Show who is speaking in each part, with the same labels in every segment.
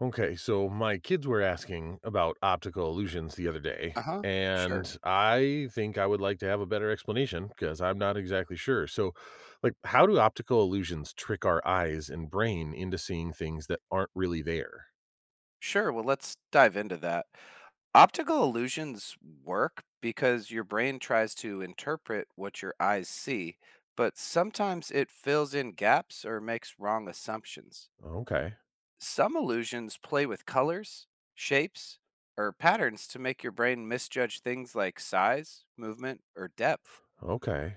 Speaker 1: Okay, so my kids were asking about optical illusions the other day,
Speaker 2: Uh-huh. Sure.
Speaker 1: and I think I would like to have a better explanation because I'm not exactly sure. So, like, how do optical illusions trick our eyes and brain into seeing things that aren't really there?
Speaker 2: Sure, well, let's dive into that. Optical illusions work because your brain tries to interpret what your eyes see, but sometimes it fills in gaps or makes wrong assumptions.
Speaker 1: Okay,
Speaker 2: Some illusions play with colors, shapes, or patterns to make your brain misjudge things like size, movement, or depth.
Speaker 1: okay,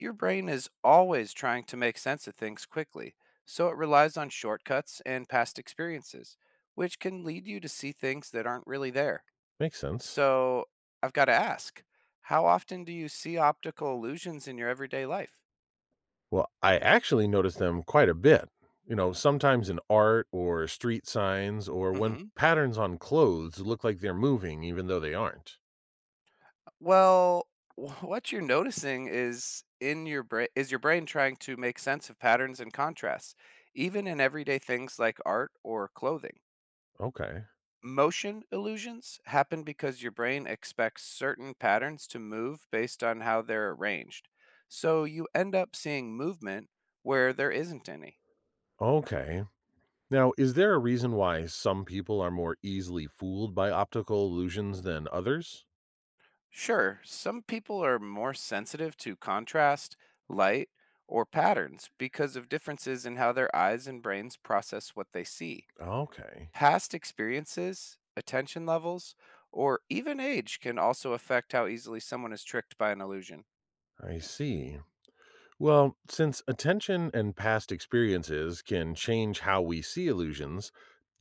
Speaker 2: Your brain is always trying to make sense of things quickly, so it relies on shortcuts and past experiences, which can lead you to see things that aren't really there.
Speaker 1: makes sense.
Speaker 2: So, I've got to ask, how often do you see optical illusions in your everyday life?
Speaker 1: Well, I actually notice them quite a bit, sometimes in art or street signs or when
Speaker 2: hmm
Speaker 1: patterns on clothes look like they're moving even though they aren't.
Speaker 2: Well, what you're noticing is in your brain is your brain trying to make sense of patterns and contrasts, even in everyday things like art or clothing.
Speaker 1: Okay.
Speaker 2: Motion illusions happen because your brain expects certain patterns to move based on how they're arranged. So you end up seeing movement where there isn't any.
Speaker 1: Okay. Now, is there a reason why some people are more easily fooled by optical illusions than others?
Speaker 2: Sure, some people are more sensitive to contrast, light, or patterns because of differences in how their eyes and brains process what they see.
Speaker 1: Okay,
Speaker 2: Past experiences, attention levels, or even age can also affect how easily someone is tricked by an illusion.
Speaker 1: I see. Well, since attention and past experiences can change how we see illusions,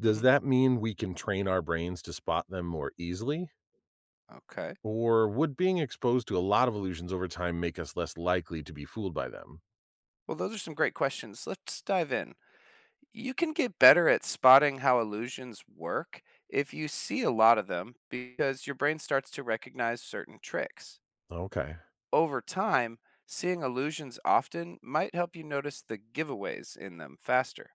Speaker 1: does
Speaker 2: hmm
Speaker 1: that mean we can train our brains to spot them more easily?
Speaker 2: Okay.
Speaker 1: Or would being exposed to a lot of illusions over time make us less likely to be fooled by them?
Speaker 2: Well, those are some great questions. Let's dive in. You can get better at spotting how illusions work if you see a lot of them because your brain starts to recognize certain tricks.
Speaker 1: Okay,
Speaker 2: Over time, seeing illusions often might help you notice the giveaways in them faster,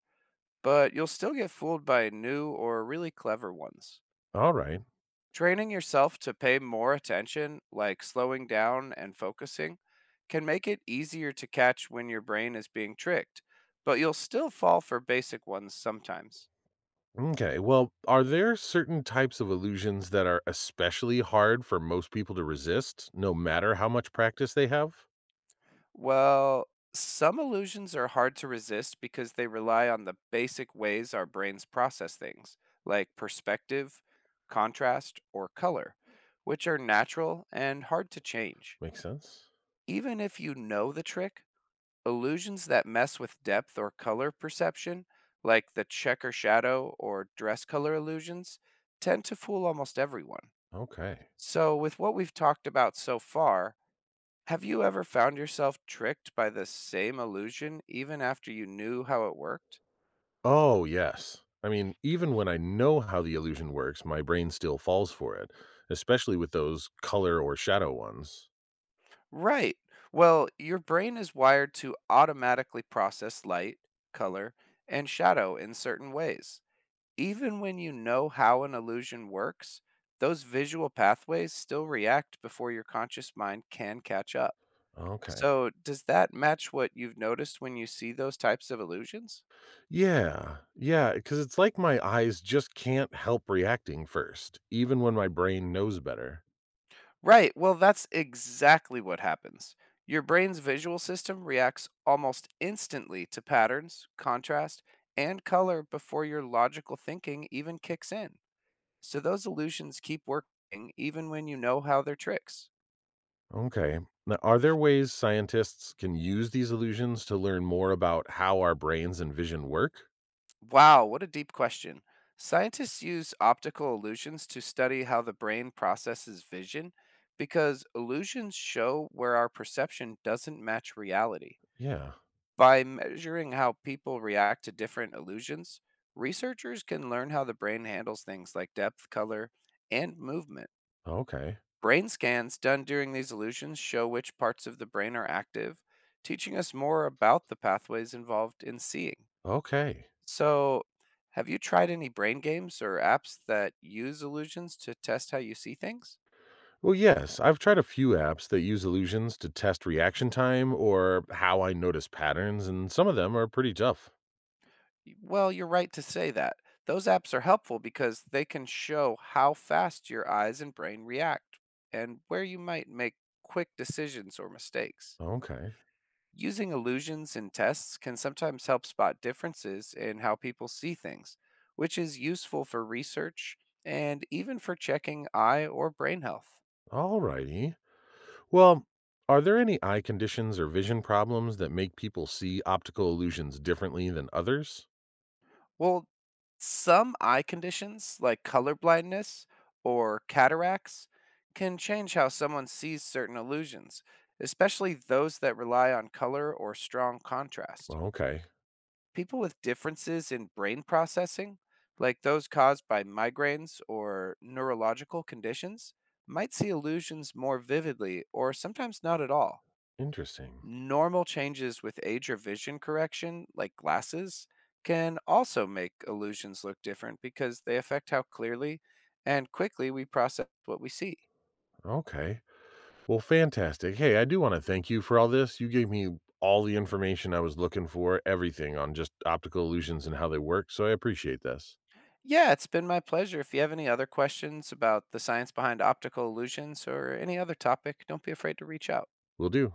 Speaker 2: but you'll still get fooled by new or really clever ones.
Speaker 1: all right.
Speaker 2: Training yourself to pay more attention, like slowing down and focusing, can make it easier to catch when your brain is being tricked, but you'll still fall for basic ones sometimes.
Speaker 1: Okay. Well, are there certain types of illusions that are especially hard for most people to resist, no matter how much practice they have?
Speaker 2: Well, some illusions are hard to resist because they rely on the basic ways our brains process things, like perspective, contrast, or color, which are natural and hard to change.
Speaker 1: Makes sense.
Speaker 2: Even if you know the trick, illusions that mess with depth or color perception, like the checker shadow or dress color illusions, tend to fool almost everyone.
Speaker 1: Okay.
Speaker 2: So, with what we've talked about so far, have you ever found yourself tricked by the same illusion even after you knew how it worked?
Speaker 1: Oh, yes. I mean, even when I know how the illusion works, my brain still falls for it, especially with those color or shadow ones.
Speaker 2: Right. Well, your brain is wired to automatically process light, color, and shadow in certain ways. Even when you know how an illusion works, those visual pathways still react before your conscious mind can catch up.
Speaker 1: Okay.
Speaker 2: So, does that match what you've noticed when you see those types of illusions?
Speaker 1: Yeah. Yeah. Because it's like my eyes just can't help reacting first, even when my brain knows better.
Speaker 2: Right, well, that's exactly what happens. Your brain's visual system reacts almost instantly to patterns, contrast, and color before your logical thinking even kicks in. So, those illusions keep working even when you know how they're tricks.
Speaker 1: Okay. Now, are there ways scientists can use these illusions to learn more about how our brains and vision work?
Speaker 2: Wow, what a deep question. Scientists use optical illusions to study how the brain processes vision because illusions show where our perception doesn't match reality.
Speaker 1: Yeah.
Speaker 2: By measuring how people react to different illusions, researchers can learn how the brain handles things like depth, color, and movement.
Speaker 1: Okay.
Speaker 2: Brain scans done during these illusions show which parts of the brain are active, teaching us more about the pathways involved in seeing.
Speaker 1: Okay.
Speaker 2: So, have you tried any brain games or apps that use illusions to test how you see things?
Speaker 1: Well, yes, I've tried a few apps that use illusions to test reaction time or how I notice patterns, and some of them are pretty tough.
Speaker 2: Well, you're right to say that. Those apps are helpful because they can show how fast your eyes and brain react and where you might make quick decisions or mistakes.
Speaker 1: Okay.
Speaker 2: Using illusions in tests can sometimes help spot differences in how people see things, which is useful for research and even for checking eye or brain health.
Speaker 1: Alrighty. Well, are there any eye conditions or vision problems that make people see optical illusions differently than others?
Speaker 2: Well, some eye conditions like color blindness or cataracts can change how someone sees certain illusions, especially those that rely on color or strong contrast.
Speaker 1: Okay.
Speaker 2: People with differences in brain processing, like those caused by migraines or neurological conditions, might see illusions more vividly or sometimes not at all.
Speaker 1: Interesting.
Speaker 2: Normal changes with age or vision correction, like glasses, can also make illusions look different because they affect how clearly and quickly we process what we see.
Speaker 1: Okay. Well, fantastic. Hey, I do want to thank you for all this. You gave me all the information I was looking for, everything on just optical illusions and how they work. So I appreciate this.
Speaker 2: Yeah, it's been my pleasure. If you have any other questions about the science behind optical illusions or any other topic, don't be afraid to reach out.
Speaker 1: Will do.